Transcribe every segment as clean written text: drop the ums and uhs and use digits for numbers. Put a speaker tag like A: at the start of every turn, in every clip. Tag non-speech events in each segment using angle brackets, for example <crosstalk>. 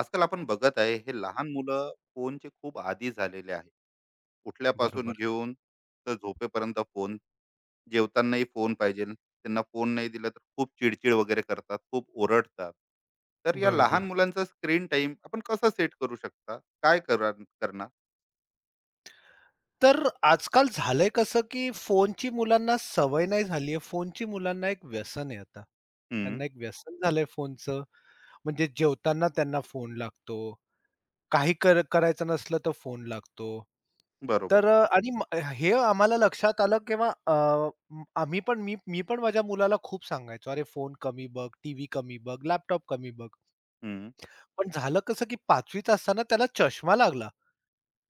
A: आजकाल आपण बघत आहे हे लहान मुलं फोनचे खूप आदी झालेले आहे. उठल्यापासून
B: बरोबर,
A: घेऊन तर झोपेपर्यंत फोन. जेवतानाही फोन पाहिजे, त्यांना फोन नाही दिला तर खूप चिडचिड वगैरे करतात, खूप ओरडतात. तर या लहान
B: बरोबर.
A: मुलांचा स्क्रीन टाइम आपण कसा सेट करू शकता, काय करणार?
B: तर आजकाल झालंय कसं, की फोनची मुलांना सवय नाही झाली आहे. फोनची मुलांना एक व्यसन आहे आता.
A: हम्म.
B: त्यांना एक व्यसन झालंय फोनचं. म्हणजे जेवताना त्यांना फोन लागतो. काही करायचं नसलं तर फोन लागतो.
A: बरोबर.
B: तर अ, आणि म हे आम्हाला लक्षात आलं केव्हा. आम्ही पण मी मी पण माझ्या मुलाला खूप सांगायचो, "अरे फोन कमी बघ, टीव्ही कमी बघ, लॅपटॉप कमी बघ."
A: हम्म.
B: पण झालं कसं, की पाचवीत असताना त्याला चष्मा लागला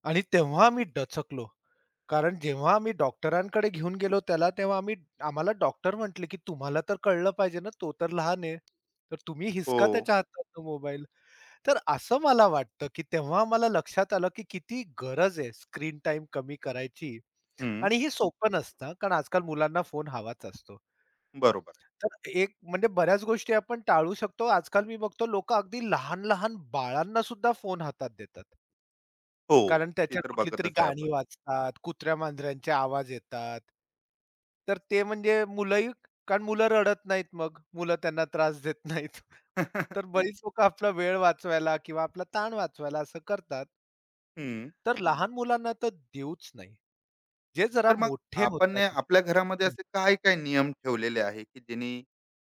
B: आणि तेव्हा आम्ही डचकलो. कारण जेव्हा आम्ही डॉक्टरांकडे घेऊन गेलो त्याला, तेव्हा आम्ही आम्हाला डॉक्टर म्हटले, की "तुम्हाला तर कळलं पाहिजे ना, तो तर लहान आहे. तर तुम्ही
A: हो.
B: हिसका त्याच्या हातातनं मोबाईल." तर असं मला वाटतं, की तेव्हा आम्हाला लक्षात आलं, की किती गरज आहे स्क्रीन टाईम कमी करायची.
A: हम्म.
B: आणि हे सोपं नसतं कारण आजकाल मुलांना फोन हवाच असतो.
A: बरोबर आहे.
B: तर एक म्हणजे बऱ्याच गोष्टी आपण टाळू शकतो. आजकाल मी बघतो लोकं अगदी लहान-लहान बाळांना सुद्धा फोन हातात देतात.
A: हो.
B: कारण
A: ते
B: त्याच्यात
A: तर
B: कुठलीतरी
A: बघतच आहे आपण.
B: गाणी वाजतात, कुत्र्या-मांजरांचे आवाज येतात. तर ते म्हणजे मुलंही कारण मुलं रडत नाहीत मग, मुलं त्यांना त्रास देत <laughs> नाहीत. तर बरीच
A: <laughs>
B: लोकं आपला वेळ वाचवायला किंवा आपला ताण वाचवायला असं करतात.
A: हम्म.
B: तर लहान मुलांना तर देऊच नाही. जे जरा
A: तर मग
B: मोठे
A: आपण ने
B: होतात.
A: आपल्या घरामध्ये
B: हं.
A: असे काय काय नियम ठेवलेले आहे की जेणे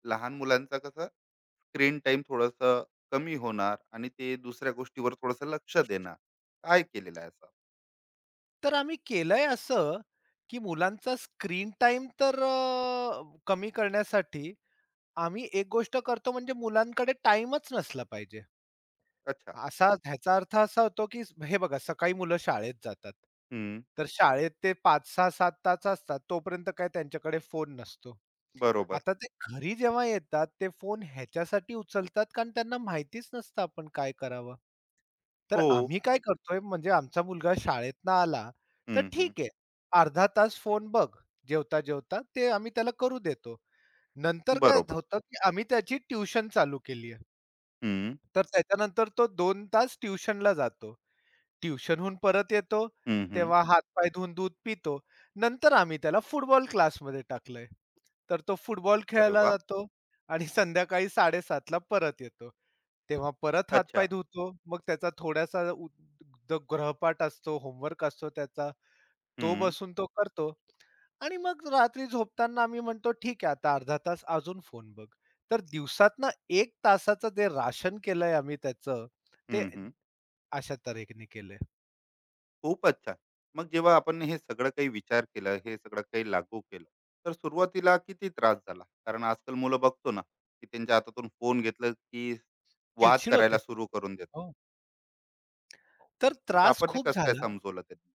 A: लहान मुलांचा कसं स्क्रीन टाइम थोडस कमी होणार आणि ते दुसऱ्या गोष्टीवर थोडस लक्ष देणार, काय केलेलं आहे असं?
B: तर आम्ही केलंय असं, की मुलांचा स्क्रीन टाईम कमी करण्यासाठी आम्ही एक गोष्ट करतो म्हणजे मुलांकडे टाईमच नसला पाहिजे.
A: अच्छा.
B: ह्याचा अर्थ असा होतो, की हे बघा सकाळी मुलं शाळेत जातात.
A: हम्म.
B: तर शाळेत ते 5, 6, 7 तास असतात. तोपर्यंत काय त्यांच्याकडे फोन नसतो.
A: बरोबर.
B: आता ते घरी जेव्हा येतात, ते फोन ह्याच्यासाठी उचलतात, कारण त्यांना माहितीच नसतं आपण काय करावं. तर
A: हो.
B: आम्ही काय करतोय, म्हणजे आमचा मुलगा शाळेतनं आला, तर
A: हम्म हम्म.
B: ठीक आहे. अर्धा तास फोन बघ जेवता-जेवता. ते आम्ही त्याला करू देतो. नंतर काय
A: बरोबर.
B: होतं, की आम्ही त्याची ट्यूशन चालू केली आहे.
A: हम्म
B: तर त्याच्यानंतर तो 2 तास ट्यूशनला जातो. ट्यूशनहून परत येतो,
A: हम्म. हम्म.
B: तेव्हा हात-पाय धुवून दूध पितो. नंतर आम्ही त्याला फुटबॉल क्लासमध्ये टाकलंय. तर तो फुटबॉल
A: अरे
B: खेळायला
A: वा.
B: जातो आणि संध्याकाळी 7:30 परत येतो. तेव्हा परत हात
A: अच्छा.
B: धुतो. मग त्याचा थोडासा उ द गृहपाठ असतो, होमवर्क असतो त्याचा. तो
A: हम्म
B: बसून तो करतो. आणि मग रात्री झोपताना आम्ही म्हणतो, "ठीक आहे, आता अर्धा तास अजून फोन बघ." तर दिवसातनं एक तासाचं जे राशन केलंय आम्ही त्याचं, ते
A: हम्म. हम्म.
B: अशा तऱ्हेने केलंय.
A: खूपच छान. मग जेव्हा आपण हे सगळं काही विचार केलं, हे सगळं काही लागू केलं, तर सुरुवातीला किती त्रास झाला? कारण आजकाल मुलं बघतो ना, की त्यांच्या हातातून फोन घेतलं, की वाद
B: चिडचिड
A: करायला
B: होते.
A: सुरू करून देतात.
B: हो. तर
A: मग
B: त्रास
A: आपण हे
B: खूप
A: कसं काय
B: झाला.
A: समजवलं त्यांना?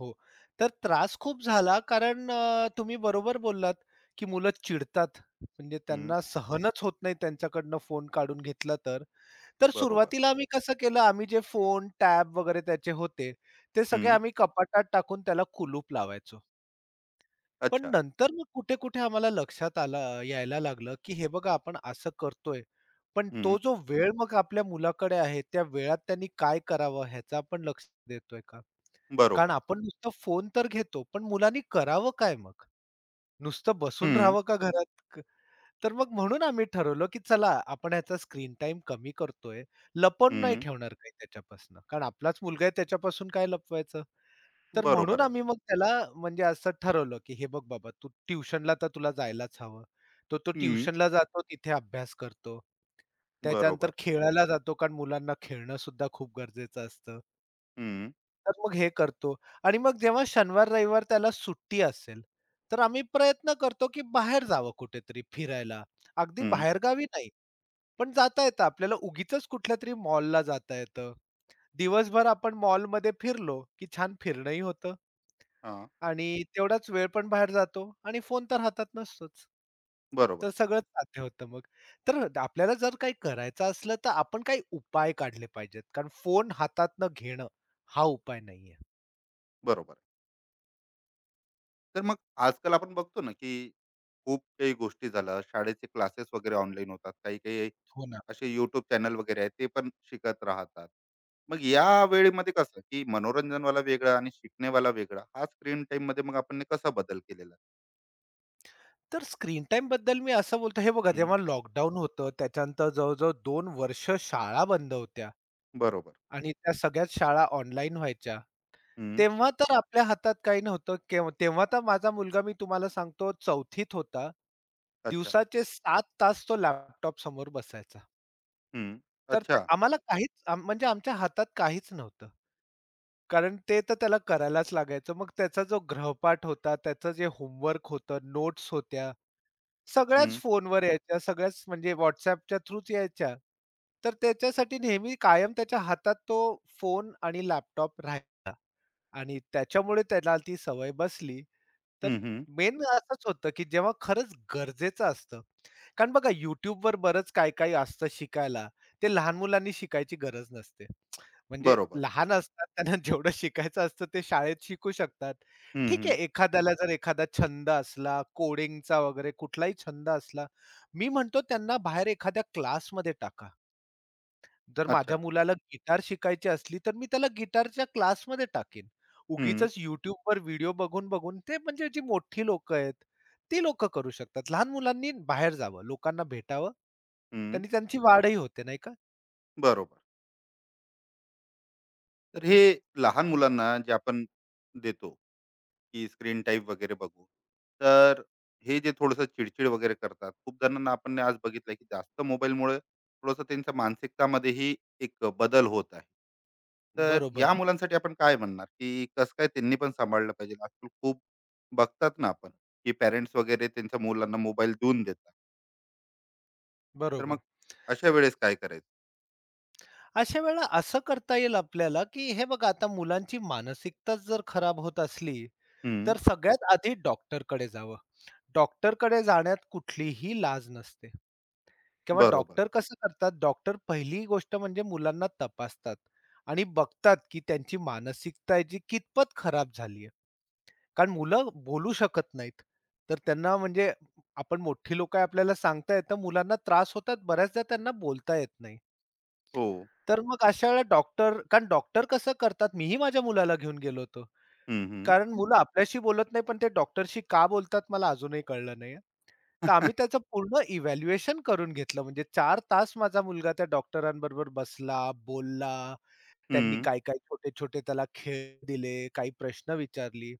B: हो. तर त्रास खूप झाला कारण तुम्ही बरोबर बोललात, की मुलं चिडतात. म्हणजे
A: हं,
B: त्यांना सहनच होत नाही त्यांच्याकडनं फोन काढून घेतला तर. तर
A: बरोबर.
B: सुरुवातीला आम्ही कसं केलं, आम्ही जे फोन, टॅब वगैरे त्याचे होते, ते सगळे
A: हं,
B: आम्ही कपाटात टाकून त्याला कुलूप लावायचो. पण
A: अच्छा.
B: नंतर मग कुठे-कुठे आम्हाला लक्षात यायला लागलं, की हे बघा आपण असं करतोय. पण
A: हं,
B: तो जो वेळ मग आपल्या मुलाकडे आहे, त्या वेळात त्यांनी काय करावं ह्याचं आपण लक्ष देतोय का? कारण
A: बरोबर.
B: आपण नुसतं फोन तर घेतो, पण मुलांनी करावं काय मग? नुसतं बसून
A: हं,
B: राहावं का घरात? तर मग म्हणून आम्ही ठरवलं, की चला आपण ह्याचा स्क्रीन टाइम कमी करतोय. लपवून नाही
A: हं,
B: ठेवणार काही त्याच्यापासून. कारण आपलाच मुलगा आहे त्याच्यापासून काय लपवायचं? तर
A: बरोबर
B: म्हणून
A: आहे.
B: आम्ही मग त्याला म्हणजे असं ठरवलं, की "हे बघ बाबा, तू ट्युशनला तर तुला जायलाच हवं." तर तो
A: हं,
B: ट्युशनला जातो तिथे अभ्यास करतो. त्याच्यानंतर
A: बरोबर.
B: खेळायला जातो कारण मुलांना खेळणं सुद्धा खूप गरजेचं असतं.
A: हं,
B: तर मग हे करतो आणि मग जेव्हा शनिवार, रविवार त्याला सुट्टी असेल, तर आम्ही प्रयत्न करतो, की बाहेर जावं कुठेतरी फिरायला. अगदी
A: हं,
B: बाहेरगावी नाही, पण जाता येतं आपल्याला उगीचच कुठल्यातरी मॉलला जाता येतं. दिवसभर आपण मॉलमध्ये फिरलो, की छान फिरणंही होतं
A: हां,
B: आणि तेवढाच वेळ पण बाहेर जातो आणि फोन तर हातात नसतोच.
A: बरोबर,
B: तर सगळंच साध्य होतं मग. तर आपल्याला जर काही करायचं असलं, तर आपण काही उपाय काढले पाहिजेत. कारण फोन हातातनं घेणं हा उपाय नाहीये.
A: बरोबर. तर मग आजकाल आपण बघतो ना, की खूप काही गोष्टी झाल्या, शाळेचे क्लासेस वगैरे ऑनलाईन होतात, काही-काही
B: हो ना.
A: असे YouTube चॅनल वगैरे आहेत ते पण शिकत राहतात. मग या वेळेमध्ये कसं की मनोरंजनवाला वेगळा आणि शिकणेवाला वेगळा, हा स्क्रीन टाईम मध्ये मग आपण ने कसा बदल केलेला?
B: तर स्क्रीन टाईमबद्दल मी असं बोलतो, हे बघा
A: हं,
B: जेव्हा लॉकडाऊन होतं, त्याच्यानंतर जवळ-जवळ 2 वर्ष शाळा बंद होत्या
A: बरोबर.
B: आणि त्या सगळ्याच शाळा ऑनलाईन व्हायच्या.
A: हं,
B: तेव्हा तर आपल्या हातात काही नव्हतं. तेव्हा तर माझा मुलगा मी तुम्हाला सांगतो चौथीत होता.
A: अच्छा.
B: दिवसाचे 7 तास तो लॅपटॉप समोर बसायचा.
A: हं,
B: तर ते
A: अच्छा.
B: आम्हाला काहीच आम म्हणजे आमच्या हातात काहीच नव्हतं. कारण ते तर त्याला करायलाच लागायचं. मग त्याचा जो गृहपाठ होता, त्याचं जे होमवर्क होतं, नोट्स होत्या सगळ्याच
A: हं,
B: फोनवर यायच्या, सगळ्याच म्हणजे WhatsAppच्या थ्रूच यायच्या. तर त्याच्यासाठी नेहमी कायम त्याच्या हातात तो फोन आणि लॅपटॉप राहायचा. आणि त्याच्यामुळे त्याला ती सवय बसली. तर
A: हं, हं.
B: मेन असंच होतं, की जेव्हा खरंच गरजेचं असतं. कारण बघा YouTubeवर बरंच काही-काही असतं शिकायला. ते लहान मुलांनी शिकायची गरज नसते. म्हणजे
A: बरोबर.
B: लहान असतात त्यांना <laughs> जेवढं शिकायचं असतं ते शाळेत शिकू शकतात.
A: हं,
B: ठीक आहे,
A: हं.
B: एखाद्याला जर एखादा छंद असला, कोडिंगचा वगैरे कुठलाही छंद असला, मी म्हणतो त्यांना बाहेर एखाद्या क्लासमध्ये टाका. जर माझ्या
A: अच्छा.
B: मुलाला गिटार शिकायची असली, तर मी त्याला गिटारच्या क्लासमध्ये टाकीन.
A: हं,
B: उगीचच YouTubeवर व्हिडिओ बघून-बघून ते म्हणजे जी मोठी लोकं आहेत, ती लोकं करू शकतात. लहान मुलांनी बाहेर जावं, लोकांना भेटावं.
A: हं.
B: त्यांनी त्यांची वाढही होते नाही का?
A: बरोबर. तर हे लहान मुलांना जे आपण देतो की स्क्रीन टाईप वगैरे बघू. तर हे जे थोडंसं चिडचिड वगैरे करतात, खूप जणांना आपण आज बघितलं की जास्त मोबाईलमुळे थोडंसं त्यांच्या मानसिकतामध्येही एक बदल होत आहे. तर या
B: बरोबर,
A: मुलांसाठी आपण काय म्हणणार, की कसं काय त्यांनी पण सांभाळलं पाहिजे? आजकाल खूप बघतात ना आपण, की पॅरेंट्स वगैरे त्यांच्या मुलांना मोबाईल देऊन देतात. तर मग
B: बरोबर.
A: अशा वेळेस काय करायचं?
B: अशा वेळेला असं करता येईल आपल्याला, की हे बघा आता मुलांची मानसिकताच जर खराब होत असली,
A: हं,
B: तर सगळ्यात आधी डॉक्टरकडे जावं. डॉक्टरकडे जाण्यात कुठलीही लाज नसते. किंवा
A: बरोबर.
B: डॉक्टर कसं करतात, डॉक्टर पहिली गोष्ट म्हणजे मुलांना तपासतात आणि बघतात, की त्यांची मानसिकता आहे जी कितपत खराब झाली आहे. कारण मुलं बोलू शकत नाहीत. तर त्यांना म्हणजे आपण मोठी लोक आहे आपल्याला सांगता येतं, मुलांना त्रास होतात. बऱ्याचदा त्यांना बोलता येत नाही.
A: हो.
B: तर मग अशा वेळेला डॉक्टर कारण डॉक्टर कसं करतात, मीही माझ्या मुलाला घेऊन गेलो होतो.
A: हं, हं.
B: कारण मुलं आपल्याशी बोलत नाही, पण ते डॉक्टरशी का बोलतात मला अजूनही कळलं नाही. तर आम्ही
A: <laughs>
B: त्याचं पूर्ण इव्हॅल्युएशन करून घेतलं. म्हणजे चार तास माझा मुलगा त्या डॉक्टरांबरोबर बसला, बोलला. त्यांनी
A: हं,
B: काय-काय छोटे-छोटे त्याला खेळ दिले, काही प्रश्न विचारली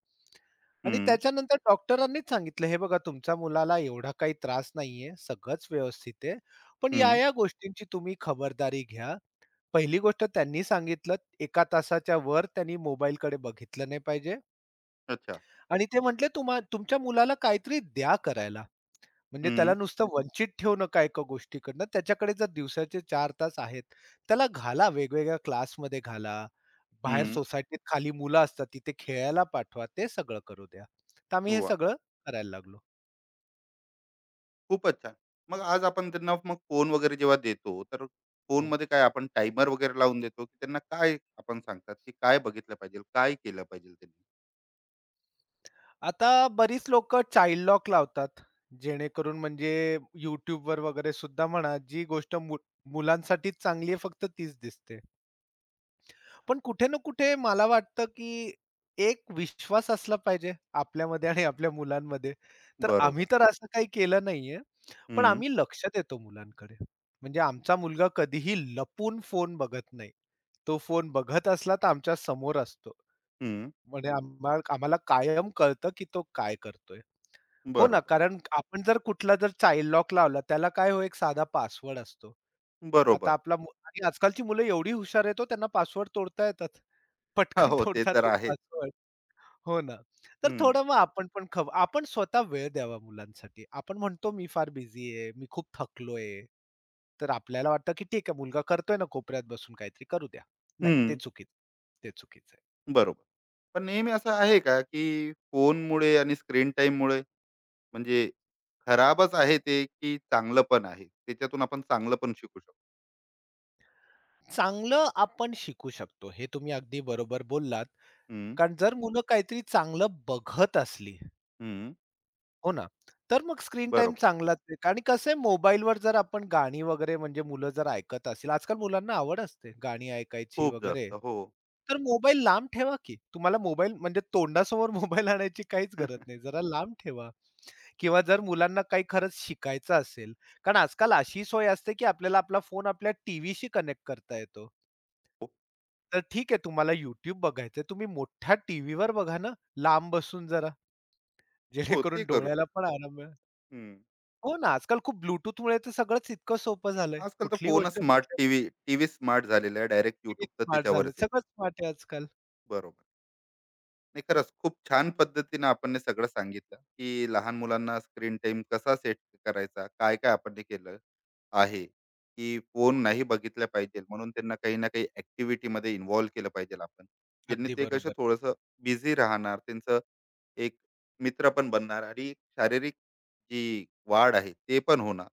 B: आणि
A: हं,
B: त्याच्यानंतर डॉक्टरांनीच सांगितलं, "हे बघा तुमच्या मुलाला एवढा काही त्रास नाहीये. सगळंच व्यवस्थित आहे. पण
A: हं.
B: या-या गोष्टींची तुम्ही खबरदारी घ्या." पहिली गोष्ट त्यांनी सांगितलं, "1 तासाच्या वर त्यांनी मोबाईलकडे बघितलं नाही पाहिजे."
A: <laughs> अच्छा.
B: आणि ते म्हटले, "तुमच्या मुलाला काहीतरी द्या करायला." म्हणजे
A: हं,
B: त्याला नुसतं वंचित ठेवणं का एका गोष्टीकडनं, त्याच्याकडे जर दिवसाचे चार तास आहेत, त्याला वेगवेगळ्या क्लासमध्ये घाला. बाहेर
A: हं.
B: सोसायटीत खाली मुलं असतात, तिथे खेळायला पाठवा. ते सगळं करू द्या. तर आम्ही हे
A: वाह!
B: सगळं करायला लागलो.
A: खूपच छान. मग आज आपण त्यांना मग फोन वगैरे जेव्हा देतो, तर फोनमध्ये काय आपण टाइमर वगैरे लावून देतो, की त्यांना काय आपण सांगतात, की काय बघितलं पाहिजे, काय केलं पाहिजे त्यांनी?
B: आता बरीच लोकं चाइल्ड लॉक लावतात. जेणेकरून म्हणजे YouTubeवर वगैरे सुद्धा म्हणा, जी गोष्ट मुलांसाठीच चांगली आहे फक्त तीच दिसते. पण कुठे ना कुठे मला वाटतं, की एक विश्वास असला पाहिजे आपल्यामध्ये आणि आपल्या मुलांमध्ये. तर आम्ही
A: बरोबर.
B: तर असं काही केलं नाहीये. पण
A: हं,
B: आम्ही लक्ष देतो मुलांकडे. म्हणजे आमचा मुलगा कधीही लपून फोन बघत नाही. तो फोन बघत असला तर आमच्या समोर असतो.
A: हं.
B: म्हणजे आम्हाला कायम कळतं, की तो काय करतोय. हो ना,
A: बरोबर,
B: कारण आपण जर कुठला जर चाइल्ड लॉक लावला, त्याला काय हो एक साधा पासवर्ड असतो. आता
A: बरोबर. <laughs>
B: आपला मु आणि आजकालची मुलं एवढी हुशार आहेत हो, त्यांना पासवर्ड तोडता येतात.
A: हां,
B: पटकन
A: हो,
B: <laughs>
A: ते
B: तोडतात
A: तर
B: ते
A: आहेच.
B: पासवर्ड. हो ना. तर
A: हं,
B: थोडं मग आपण पण खव आपण स्वतः वेळ द्यावा मुलांसाठी. आपण म्हणतो, "मी फार बिझी आहे, मी खूप थकलोय." तर आपल्याला वाटतं, की ठीक आहे, मुलगा करतोय ना कोपऱ्यात बसून काहीतरी, करू द्या. नाही, ते
A: हं.
B: चुकीचं ते चुकीचं.
A: बरोबर. पण नेहमी असं आहे का, की फोनमुळे आणि स्क्रीन टाईममुळे म्हणजे खराबच आहे ते, की चांगलं पण आहे? त्याच्यातून आपण चांगलं पण शिकू शकतो.
B: चांगलं आपण शिकू शकतो. हे तुम्ही अगदी बरोबर बोललात.
A: हं,
B: कारण जर मुलं काहीतरी चांगलं बघत असली,
A: हं.
B: हो ना. तर मग स्क्रीन टाइम
A: बरोबर.
B: चांगलाच आहे आणि कसं आहे मोबाईलवर जर आपण गाणी वगैरे म्हणजे मुलं जर ऐकत असतील, आजकाल मुलांना आवड असते गाणी ऐकायची
A: खूप
B: वगैरे.
A: जास्त. हो.
B: तर मोबाईल लांब ठेवा की. तुम्हाला मोबाईल म्हणजे तोंडासमोर <laughs> मोबाईल आणायची काहीच गरज नाही. जरा लांब ठेवा किंवा जर मुलांना काही खरंच शिकायचं असेल, कारण आजकाल अशी सोय असते की आपल्याला आपला फोन आपल्या टीव्हीशी कनेक्ट करता येतो.
A: <laughs>
B: तर ठीक आहे तुम्हाला YouTube बघायचंय. तुम्ही मोठ्या टीव्हीवर बघा ना, लांब बसून जरा.
A: हो, ते
B: जेणेकरून
A: करू
B: डोळ्याला
A: शकतो.
B: पण आराम मिळेल.
A: हं.
B: हो ना, आजकाल खूप Bluetoothमुळे तर सगळंच इतकं सोपं झालंय.
A: आजकाल तर
B: कुठली
A: फोनच
B: गोष्ट
A: स्मार्ट
B: कुठल्या
A: टीव्ही, टीव्ही स्मार्ट झालेला आहे. डायरेक्ट YouTube तर
B: स्मार्ट झाले.
A: त्याच्यावरच येतं.
B: सगळं स्मार्ट आहे आजकाल.
A: बरोबर. नाही, खरंच खूप छान पद्धतीने आपण हे सगळं सांगितलं, की लहान मुलांना स्क्रीन टाइम कसा सेट करायचा, काय-काय आपण हे केलं आहे, की फोन नाही बघितला पाहिजे म्हणून त्यांना काही ना काही ॲक्टिव्हिटीमध्ये इन्व्हॉल्व केलं पाहिजे आपण. ज्यांनी
B: अगदी
A: ते कसं
B: बरोबर.
A: थोडंसं बिझी राहणार, त्यांचं एक मित्र पण बनणार आणि एक शारीरिक जी वाढ आहे ते पण होणार.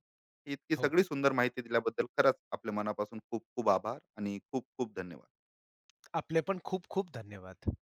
A: ही इतकी
B: हो.
A: सगळी सुंदर माहिती दिल्याबद्दल खरंच आपल्या मनापासून खूप खूप आभार आणि खूप खूप धन्यवाद.
B: आपले पण खूप खूप धन्यवाद.